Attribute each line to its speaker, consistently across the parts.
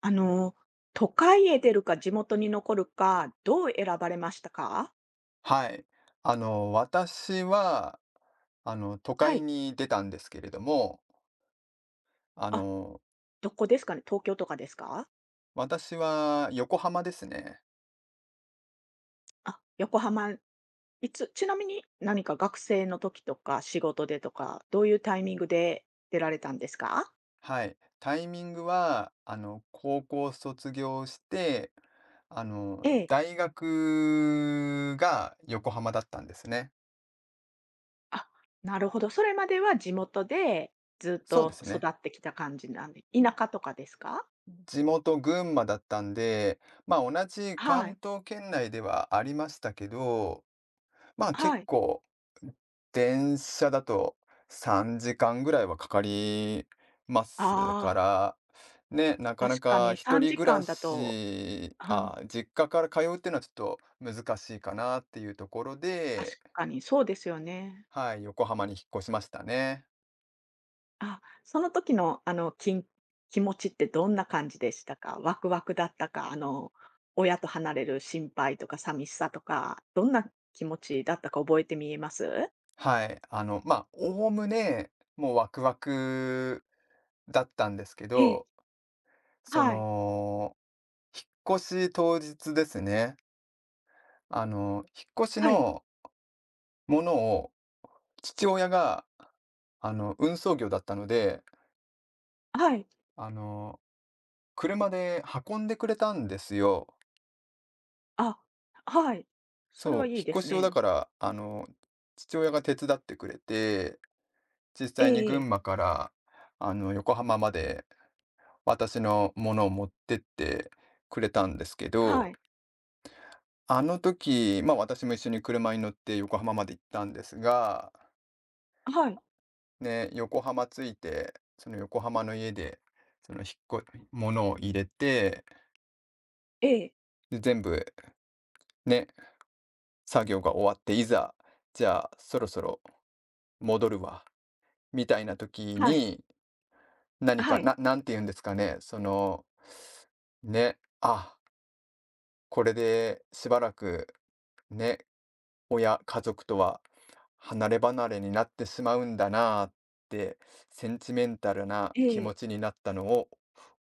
Speaker 1: あの、都会へ出るか地元に残るか、どう選ばれましたか？
Speaker 2: はい。私は、都
Speaker 1: は
Speaker 2: 会
Speaker 1: い。
Speaker 2: に出たんですけれども、あ
Speaker 1: あ、
Speaker 2: の、
Speaker 1: どこですかね？東京とかですか？
Speaker 2: 私は横浜ですね。
Speaker 1: あ、横浜。いつちなみに何か学生の時とか、仕事でとか、どういうタイミングで出られたんですか？
Speaker 2: はい。タイミングは、高校卒業して、
Speaker 1: ええ。
Speaker 2: 大学が横浜だったんですね。
Speaker 1: あ、なるほど。それまでは地元でずっ
Speaker 2: そうで
Speaker 1: と
Speaker 2: す
Speaker 1: 育
Speaker 2: ね。
Speaker 1: ってきた感じなんで、田舎とかですか？
Speaker 2: 地元群馬だったんで、まあ同じ
Speaker 1: は
Speaker 2: 関
Speaker 1: い。
Speaker 2: 東圏内ではありましたけど、まあ、結
Speaker 1: はい。
Speaker 2: 構、電車だと3時間ぐらいはかかりますか
Speaker 1: ああ、
Speaker 2: ら、ね、なかな
Speaker 1: 確か
Speaker 2: か
Speaker 1: に
Speaker 2: 一
Speaker 1: 3
Speaker 2: 人暮
Speaker 1: 時
Speaker 2: ら
Speaker 1: 間だと、
Speaker 2: し、
Speaker 1: あ
Speaker 2: あ、実家から通うっていうのはちょっと難しいかなっていうところ
Speaker 1: あ、
Speaker 2: で、
Speaker 1: 確かにそうですよね。
Speaker 2: はい、横浜に引っ越しましたね。
Speaker 1: あ、その時の気持ちってどんな感じでしたか？ワクワクだったか、親と離れる心配とか寂しさとか、どんな気持ちだったか覚えてみえます？
Speaker 2: はい、まあ、おおむね、もうワクワクだったんですけ
Speaker 1: ええ、
Speaker 2: ど、そ
Speaker 1: はい、
Speaker 2: の、引っ越し当日ですね、引っ越し
Speaker 1: はい、
Speaker 2: のものを父親が、運送業だったので、
Speaker 1: はい、
Speaker 2: あの、車で運んでくれたんですよ。
Speaker 1: あ、はい。それ
Speaker 2: そう、引
Speaker 1: は
Speaker 2: っ
Speaker 1: いいで
Speaker 2: 越
Speaker 1: す
Speaker 2: しをだ
Speaker 1: ね。
Speaker 2: から、父親が手伝ってくれて、実
Speaker 1: え
Speaker 2: 際に
Speaker 1: ええ
Speaker 2: 群
Speaker 1: え、
Speaker 2: 馬から、横浜まで私のものを持ってってくれたんですけ
Speaker 1: は
Speaker 2: ど、
Speaker 1: い、
Speaker 2: あの時、まあ私も一緒に車に乗って横浜まで行ったんですが、
Speaker 1: はい、
Speaker 2: ね、横浜着いて、その横浜の家で、その引っ越、物を入れて、
Speaker 1: ええ、
Speaker 2: で、全部ね、作業が終わって、いざ、じゃあそろそろ戻るわ、みたいな時
Speaker 1: はい、
Speaker 2: に、何
Speaker 1: は
Speaker 2: か、
Speaker 1: い、
Speaker 2: んて言うんですかね、その、ね、あ、これでしばらく、ね、親、家族とは離れ離れになってしまうんだなーって、センチメンタルな
Speaker 1: え
Speaker 2: 気持
Speaker 1: え。
Speaker 2: ちになったのを、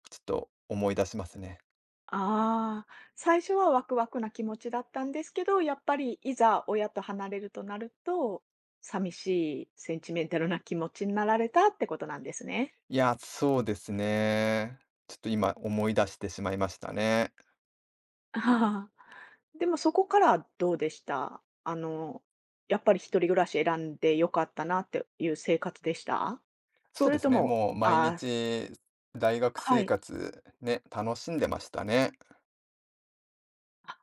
Speaker 2: ちょっと思い出しますね。
Speaker 1: ああ、最初はワクワクな気持ちだったんですけど、やっぱりいざ親と離れるとなると、寂しいセンチメンタルな気持ちになられたってことなんですね。
Speaker 2: いや、そうですね。ちょっと今思い出してしまいましたね。
Speaker 1: ああ。でもそこからどうでした、やっぱり一人暮らし選んでよかったなっていう生活でした。
Speaker 2: そ
Speaker 1: そ
Speaker 2: うで
Speaker 1: れ
Speaker 2: す
Speaker 1: と
Speaker 2: ね、
Speaker 1: も、
Speaker 2: もう毎
Speaker 1: あ
Speaker 2: 日大学
Speaker 1: あ、は
Speaker 2: 生
Speaker 1: い。
Speaker 2: 活ね、楽しんでましたね。
Speaker 1: あ、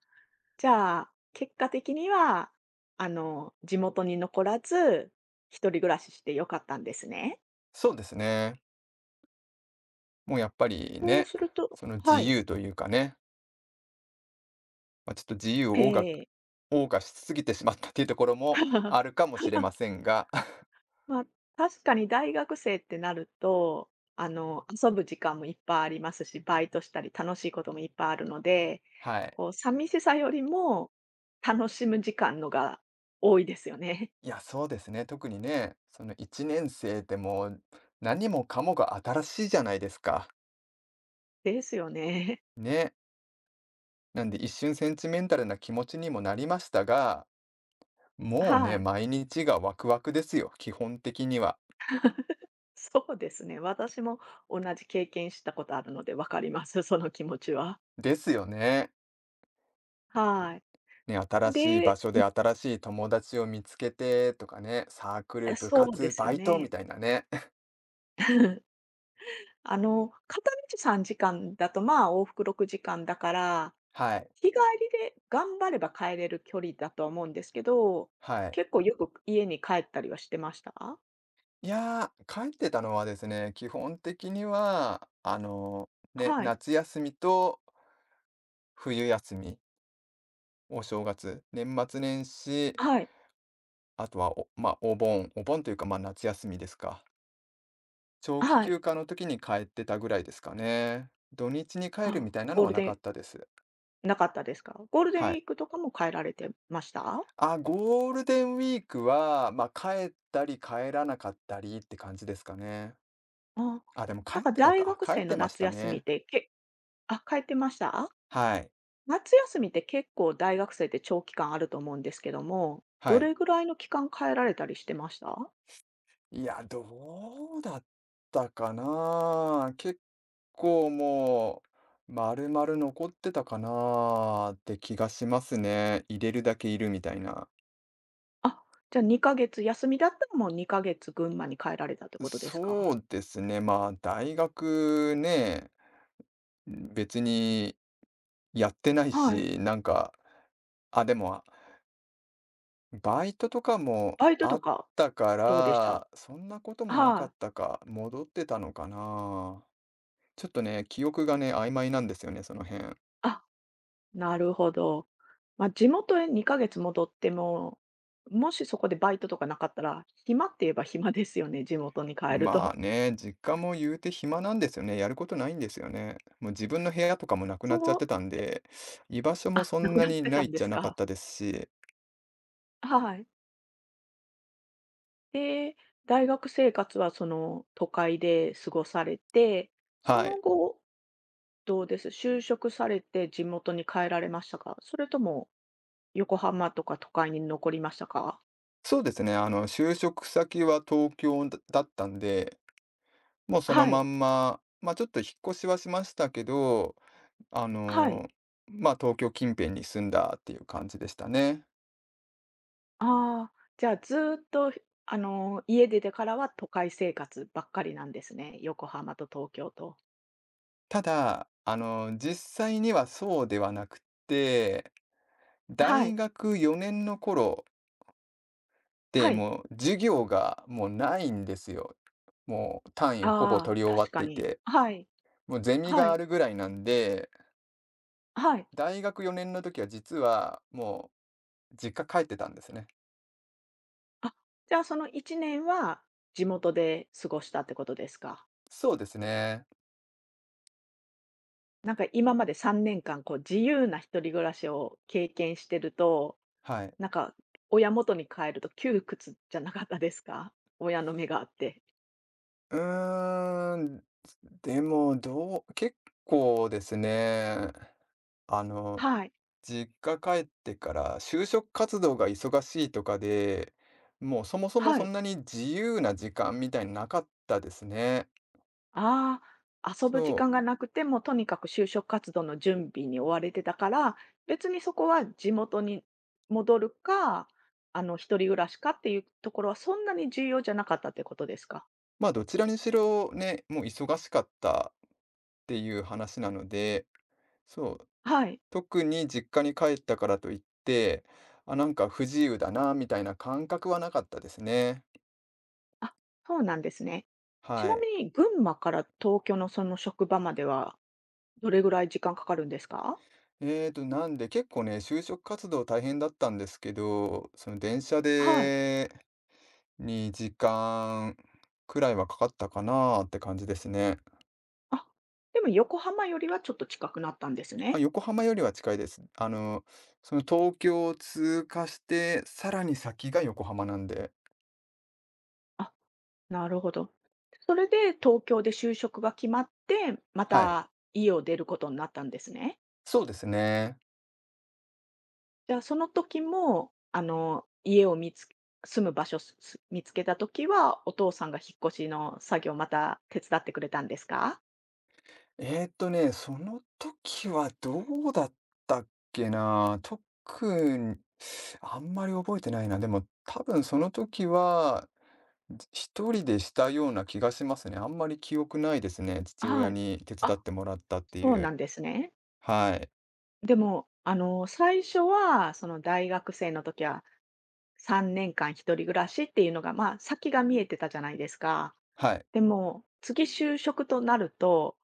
Speaker 1: じゃあ、結果的には、地元に残らず、一人暮らししてよかったんですね。
Speaker 2: そうですね、もうやっぱり
Speaker 1: そう
Speaker 2: ね、
Speaker 1: すると、
Speaker 2: その自
Speaker 1: はい。
Speaker 2: 由というかね、まあ、ちょっと自由を
Speaker 1: へ
Speaker 2: おう
Speaker 1: え。
Speaker 2: 謳歌しすぎてしまったっていうところも あるかもしれませんが、
Speaker 1: ま、確かに大学生ってなると、遊ぶ時間もいっぱいありますし、バイトしたり楽しいこともいっぱいあるので、
Speaker 2: はい。
Speaker 1: こう寂しさよりも楽しむ時間のが多いですよね。
Speaker 2: い や、そうですね、特にね、その1年生ってもう何もかもが新しいじゃないですか。
Speaker 1: ですよね。
Speaker 2: ね。なんで一瞬センチメンタルな気持ちにもなりましたが、もう
Speaker 1: は
Speaker 2: ね、
Speaker 1: い。
Speaker 2: 毎日がワクワクですよ、基本的には。
Speaker 1: そうですね。私も同じ経験したことあるので分かります、その気持ちは。
Speaker 2: ですよね。
Speaker 1: はい。
Speaker 2: ね、新しい場
Speaker 1: で
Speaker 2: 所で新しい友達を見つけてとかね、サークル、
Speaker 1: え、
Speaker 2: 部
Speaker 1: そうで
Speaker 2: 活、
Speaker 1: す
Speaker 2: バ
Speaker 1: よ
Speaker 2: イトみ
Speaker 1: ね。
Speaker 2: たいなね。
Speaker 1: 片道3時間だと、まあ、往復6時間だから、
Speaker 2: はい、
Speaker 1: 日帰りで頑張れば帰れる距離だとは思うんですけど、
Speaker 2: はい。
Speaker 1: 結構よく家に帰ったりはしてました？
Speaker 2: いやー、帰ってたのはですね、基本的には、ね、
Speaker 1: はい。
Speaker 2: 夏休みと冬休み、お正月、年末年始、
Speaker 1: はい。
Speaker 2: あとはおまあ、お盆、お盆というか、まあ夏休みですか。長期
Speaker 1: は
Speaker 2: 休
Speaker 1: い。
Speaker 2: 暇の時に帰ってたぐらいですかね。土日に帰る
Speaker 1: あ、
Speaker 2: みたいなの
Speaker 1: ゴー
Speaker 2: は
Speaker 1: ル
Speaker 2: な
Speaker 1: デ
Speaker 2: かっ
Speaker 1: ン
Speaker 2: たです。
Speaker 1: なかったですか？ゴールデンウ
Speaker 2: は
Speaker 1: ィ
Speaker 2: い。
Speaker 1: ークとかも帰られてました？
Speaker 2: あ、ゴールデンウィークは、まあ帰ったり帰らなかったりって感じですかね。
Speaker 1: あ。
Speaker 2: あ、でも帰
Speaker 1: なん
Speaker 2: っ
Speaker 1: か
Speaker 2: てた
Speaker 1: 大
Speaker 2: か。
Speaker 1: 学
Speaker 2: 帰っ
Speaker 1: 生
Speaker 2: て
Speaker 1: の
Speaker 2: まし
Speaker 1: 夏
Speaker 2: た
Speaker 1: 休み
Speaker 2: ね。
Speaker 1: で、あ、帰ってました？
Speaker 2: はい。
Speaker 1: 夏休みって結構大学生って長期間あると思うんですけども、
Speaker 2: は
Speaker 1: ど
Speaker 2: い。
Speaker 1: れぐらいの期間帰られたりしてました？
Speaker 2: いや、どうだったかな。結構もう、丸々残ってたかなって気がしますね。入れるだけいるみたいな。
Speaker 1: あ、じゃあ2ヶ月休みだったら、もう2ヶ月群馬に帰られたってことです
Speaker 2: そ
Speaker 1: か？
Speaker 2: うですね、まあ、大学ね、別にやってない
Speaker 1: はい。
Speaker 2: し、なんか、あ、でもバイトとかも
Speaker 1: バイト
Speaker 2: あ
Speaker 1: と
Speaker 2: っ
Speaker 1: か
Speaker 2: たか
Speaker 1: どうでした？
Speaker 2: ら、そんなこともなか
Speaker 1: は
Speaker 2: っ
Speaker 1: い。
Speaker 2: たか、戻ってたのかな。ちょっとね、記憶がね、曖昧なんですよね、その辺。
Speaker 1: あ、なるほど。まあ、地元へ2ヶ月戻っても、もしそこでバイトとかなかったら、暇って言えば暇ですよね、地元に帰る
Speaker 2: まあ
Speaker 1: と。
Speaker 2: ね、実家も言うて暇なんですよね。やることないんですよね。もう自分の部屋とかもなくなっちゃっ
Speaker 1: そう。
Speaker 2: てたんで、居場所も
Speaker 1: あ、
Speaker 2: そ
Speaker 1: な
Speaker 2: ん
Speaker 1: く
Speaker 2: な
Speaker 1: なっ
Speaker 2: に
Speaker 1: て
Speaker 2: な
Speaker 1: た
Speaker 2: い
Speaker 1: ん
Speaker 2: っ
Speaker 1: で
Speaker 2: ちゃ
Speaker 1: す
Speaker 2: なかっ
Speaker 1: か。
Speaker 2: たですし、
Speaker 1: はい。で、大学生活はその都会で過ごされて、そ
Speaker 2: は
Speaker 1: の
Speaker 2: い。
Speaker 1: 後どうです？就職されて地元に帰られましたか？それとも横浜とか都会に残りましたか？
Speaker 2: そうですね、就職先は東京だだったんで、もうその
Speaker 1: は
Speaker 2: ま
Speaker 1: い、
Speaker 2: んま、まあちょっと引っ越しはしましたけど、あ
Speaker 1: はい。
Speaker 2: の、まあ、東京近辺に住んだっていう感じでしたね。
Speaker 1: ああ、じゃあずーっと、家出てからは都会生活ばっかりなんですね。横浜と東京と。
Speaker 2: ただ、実際にはそうではなくて、
Speaker 1: は
Speaker 2: 大
Speaker 1: い、
Speaker 2: 学4年の頃で
Speaker 1: はい。
Speaker 2: もう授業がもうないんですよ。もう単位ほぼ
Speaker 1: ああ、
Speaker 2: 取り終わ
Speaker 1: 確
Speaker 2: って
Speaker 1: か
Speaker 2: い
Speaker 1: に。
Speaker 2: て、
Speaker 1: はい、
Speaker 2: もうゼミ
Speaker 1: は
Speaker 2: があ
Speaker 1: い、
Speaker 2: るぐらいなんで、
Speaker 1: はい。
Speaker 2: 大学4年の時は実はもう実家帰ってたんですね。
Speaker 1: あ、じゃあその1年は地元で過ごしたってことですか？
Speaker 2: そうですね。
Speaker 1: なんか今まで3年間こう自由な一人暮らしを経験してると、
Speaker 2: はい。
Speaker 1: なんか親元に帰ると窮屈じゃなかったですか？親の目があって。
Speaker 2: うーん、でもどう、結構ですね。あの、
Speaker 1: はい。
Speaker 2: 実家帰ってから就職活動が忙しいとかで、もうそもそも
Speaker 1: は
Speaker 2: そん
Speaker 1: い。
Speaker 2: なに自由な時間みたいになかったですね。
Speaker 1: ああ、遊ぶ時
Speaker 2: そう。
Speaker 1: 間がなくても、とにかく就職活動の準備に追われてたから、別にそこは地元に戻るか、一人暮らしかっていうところはそんなに重要じゃなかったってことですか？
Speaker 2: まあどちらにしろね、もう忙しかったっていう話なので、そう。
Speaker 1: はい。
Speaker 2: 特に実家に帰ったからといって、あ、なんか不自由だなみたいな感覚はなかったですね。
Speaker 1: あ、そうなんですね。ち
Speaker 2: は
Speaker 1: な
Speaker 2: い。
Speaker 1: みに群馬から東京のその職場までは、どれぐらい時間かかるんですか？
Speaker 2: なんで結構ね、就職活動大変だったんですけど、その電車
Speaker 1: はい。
Speaker 2: で2時間くらいはかかったかなって感じですね。
Speaker 1: あ、でも横浜よりはちょっと近くなったんです
Speaker 2: あ、
Speaker 1: ね。
Speaker 2: 横浜よりは近いです。その東京を通過して、さらに先が横浜なんで。
Speaker 1: あ、なるほど。それで東京で就職が決まって、ま
Speaker 2: はい。
Speaker 1: た家を出ることになったんですね。
Speaker 2: そうですね。
Speaker 1: じゃあその時も、家を見つ住む場所見つけた時は、お父さんが引っ越しの作業また手伝ってくれたんですか？
Speaker 2: ね、その時はどうだったっけな。特に、あんまり覚えてないな。でも多分その時は、一人でしたような気がしますね。あんまり記憶ないですね。父親
Speaker 1: はい。
Speaker 2: に手伝っ
Speaker 1: あ、
Speaker 2: てもらったってい
Speaker 1: そうな
Speaker 2: う。
Speaker 1: んですね。
Speaker 2: はい。
Speaker 1: でも、最初は、その大学生の時は3年間一人暮らしっていうのが、まあ、先が見えてたじゃないですか。
Speaker 2: はい。
Speaker 1: でも、次就職となると、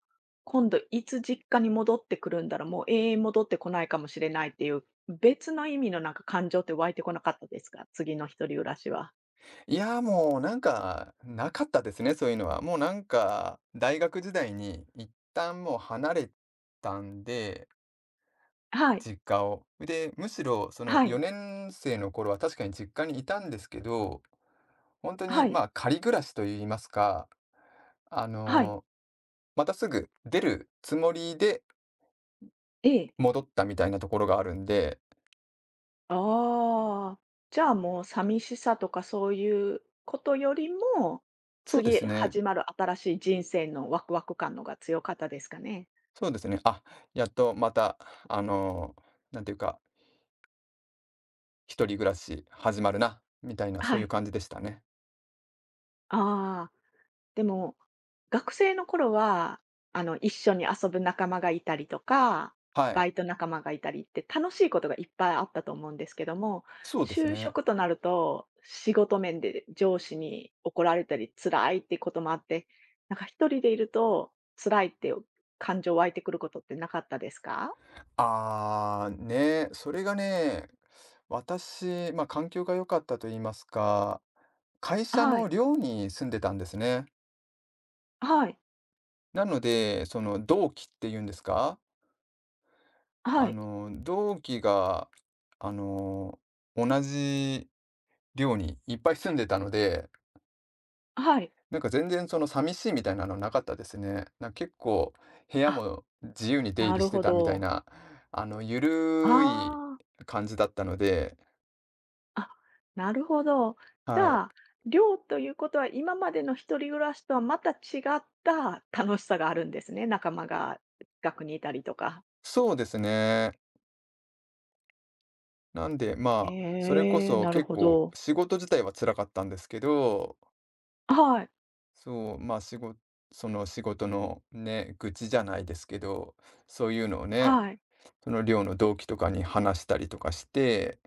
Speaker 1: 今度いつ実家に戻ってくるんだろう、もう永遠戻ってこないかもしれないっていう、別の意味のなんか感情って湧いてこなかったですか？次の一人暮らしは。
Speaker 2: いや、もうなんか、なかったですね、そういうのは。もうなんか、大学時代に一旦もう離れたんで、
Speaker 1: はい、
Speaker 2: 実家を。で、むしろその
Speaker 1: はい、
Speaker 2: 4年生の頃は確かに実家にいたんですけど、本当
Speaker 1: は
Speaker 2: に、
Speaker 1: い、
Speaker 2: まあ、仮暮らしと言いますか、あ
Speaker 1: はい、
Speaker 2: の、またすぐ出るつもりで
Speaker 1: ええ。
Speaker 2: 戻ったみたいなところがあるんで、
Speaker 1: ああ、じゃあもう寂しさとかそういうことよりも、
Speaker 2: そうで
Speaker 1: 次
Speaker 2: すね、
Speaker 1: 始まる新しい人生のワクワク感のが強かったですかね？
Speaker 2: そうですね。あ、やっとまた、あの、なんていうか一人暮らし始まるな、みたいなそ
Speaker 1: は
Speaker 2: ういう
Speaker 1: い。
Speaker 2: 感じでしたね。
Speaker 1: ああ。でも、学生の頃は、一緒に遊ぶ仲間がいたりとか、
Speaker 2: は
Speaker 1: バ
Speaker 2: い。
Speaker 1: イト仲間がいたりって楽しいことがいっぱいあったと思うんですけども、
Speaker 2: そうです
Speaker 1: 就
Speaker 2: ね。
Speaker 1: 職となると、仕事面で上司に怒られたり辛いってこともあって、なんか一人でいると辛いって感情湧いてくることってなかったですか？
Speaker 2: ああ、ね、それがね、私、まあ、環境が良かったと言いますか、会社
Speaker 1: は
Speaker 2: の
Speaker 1: い、
Speaker 2: 寮に住んでたんですね。
Speaker 1: はい、
Speaker 2: なので、その同期っていうんですか、
Speaker 1: はい、
Speaker 2: 同期が、あの、同じ寮にいっぱい住んでたので
Speaker 1: はい。
Speaker 2: なんか全然その寂しいみたいなのなかったですね。なんか結構部屋
Speaker 1: あ、
Speaker 2: も自由に出入
Speaker 1: な
Speaker 2: りし
Speaker 1: る
Speaker 2: て
Speaker 1: ほ
Speaker 2: たみたい
Speaker 1: ど。
Speaker 2: な、ゆ
Speaker 1: あ
Speaker 2: るい
Speaker 1: あ。
Speaker 2: 感じだったので、
Speaker 1: あ、なるほど。じ
Speaker 2: は
Speaker 1: ゃ
Speaker 2: い。
Speaker 1: あ、寮ということは、今までの一人暮らしとはまた違った楽しさがあるんですね。仲間が近くにいたりとか。
Speaker 2: そうですね。なんで、まあ、それこ
Speaker 1: ええ、
Speaker 2: そ
Speaker 1: なる
Speaker 2: 結
Speaker 1: ほ
Speaker 2: 構
Speaker 1: ど。
Speaker 2: 仕事自体は辛かったんですけど、
Speaker 1: はい、
Speaker 2: そう、まあ仕事、その仕事のね、愚痴じゃないですけど、そういうのをね、
Speaker 1: はい。
Speaker 2: その寮の同期とかに話したりとかして、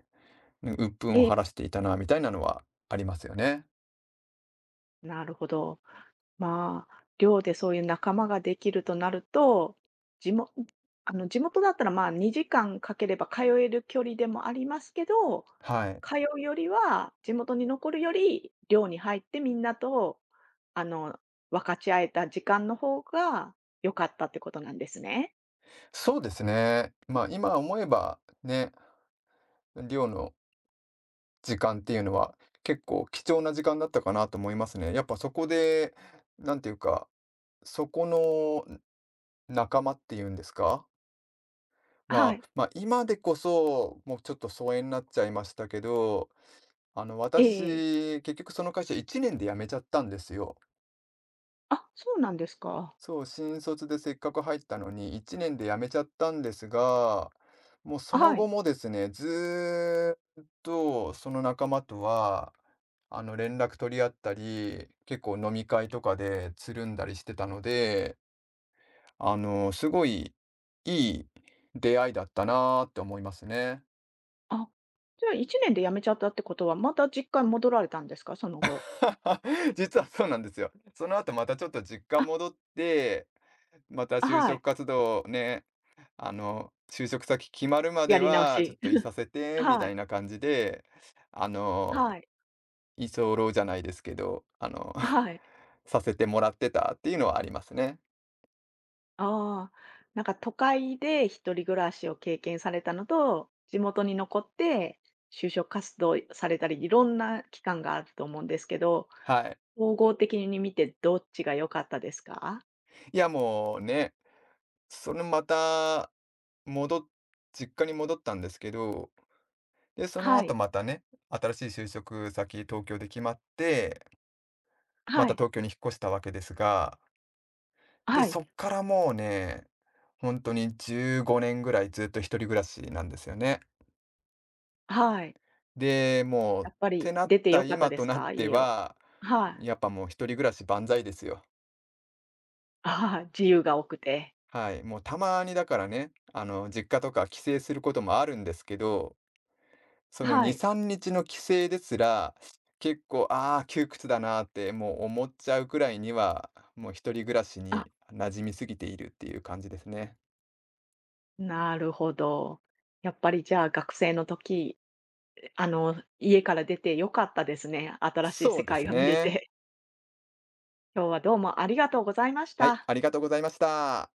Speaker 2: 鬱憤
Speaker 1: え
Speaker 2: を
Speaker 1: え、
Speaker 2: 晴らしていたな、みたいなのはありますよね。
Speaker 1: なるほど。まあ、寮でそういう仲間ができるとなると、地も地元だったら、まあ、2時間かければ通える距離でもありますけど、
Speaker 2: はい。
Speaker 1: 通うよりは、地元に残るより、寮に入ってみんなと、あの、分かち合えた時間の方が良かったってことなんですね。
Speaker 2: そうですね。まあ、今思えばね、寮の時間っていうのは結構貴重な時間だったかなと思いますね。やっぱそこで、なんていうか、そこの仲間っていうんですか
Speaker 1: は
Speaker 2: は、
Speaker 1: い。
Speaker 2: まあ、今でこそもうちょっと疎遠になっちゃいましたけど、あの
Speaker 1: ええ、
Speaker 2: 私、結局その会社1年で辞めちゃったんですよ。
Speaker 1: あ、そうなんですか。
Speaker 2: そう、新卒でせっかく入ったのに、1年で辞めちゃったんですが、もうその
Speaker 1: は
Speaker 2: 後
Speaker 1: い。
Speaker 2: もですね、ずーっとその仲間とは、あの連絡取り合ったり、結構飲み会とかでつるんだりしてたので、すごいいい出会いだったなーって思いますね。
Speaker 1: あ、じゃあ1年で辞めちゃったってことは、また実家に戻られたんですか？その後。
Speaker 2: 実はそうなんですよ。その後またちょっと実家
Speaker 1: あ、
Speaker 2: 戻って、また
Speaker 1: あ、
Speaker 2: 就
Speaker 1: は
Speaker 2: 職
Speaker 1: い。
Speaker 2: 活動をね、就職先決まるま
Speaker 1: や
Speaker 2: で
Speaker 1: り直
Speaker 2: はちょっ
Speaker 1: し。
Speaker 2: といさせ てみ
Speaker 1: は
Speaker 2: たい
Speaker 1: い。
Speaker 2: な感じで、あの、
Speaker 1: はい。
Speaker 2: 居候じゃないですけど、
Speaker 1: はい。
Speaker 2: させてもらってたっていうのはありますね。
Speaker 1: ああ、なんか都会で一人暮らしを経験されたのと、地元に残って就職活動されたり、いろんな期間があると思うんですけど、
Speaker 2: はい。
Speaker 1: 総合的に見てどっちが良かったですか？
Speaker 2: いや、もうね、そのまた、戻っ実家に戻ったんですけど、で、その
Speaker 1: は
Speaker 2: 後
Speaker 1: い。
Speaker 2: またね、新しい就職先、東京で決まって、ま
Speaker 1: は
Speaker 2: た
Speaker 1: い。
Speaker 2: 東京に引っ越したわけですが、で、
Speaker 1: はい。
Speaker 2: そっからもうね、本当に15年ぐらいずっと一人暮らしなんですよね。
Speaker 1: はい。
Speaker 2: で、もう、っ
Speaker 1: やっぱ
Speaker 2: て
Speaker 1: り
Speaker 2: なっ
Speaker 1: 出て
Speaker 2: た
Speaker 1: 良かった
Speaker 2: 今
Speaker 1: で
Speaker 2: と
Speaker 1: す
Speaker 2: なっ
Speaker 1: か？
Speaker 2: て
Speaker 1: 家を。
Speaker 2: は、
Speaker 1: はい。
Speaker 2: やっぱもう一人暮らし万歳ですよ。
Speaker 1: ああ、自由が多くて。
Speaker 2: はい。もうたまにだからね、実家とか帰省することもあるんですけど、その2、
Speaker 1: はい。
Speaker 2: 3日の帰省ですら、結構、ああ、窮屈だなーってもう思っちゃうくらいには、もう一人暮らし
Speaker 1: あ、
Speaker 2: に馴染みすぎているっていう感じですね。
Speaker 1: なるほど。やっぱりじゃあ学生の時、家から出て良かったですね。新しい
Speaker 2: そ
Speaker 1: 世
Speaker 2: うで
Speaker 1: 界
Speaker 2: す
Speaker 1: が見れ
Speaker 2: ね。
Speaker 1: て。今日はどうもありがとうございまし
Speaker 2: はい、
Speaker 1: た。
Speaker 2: ありがとうございました。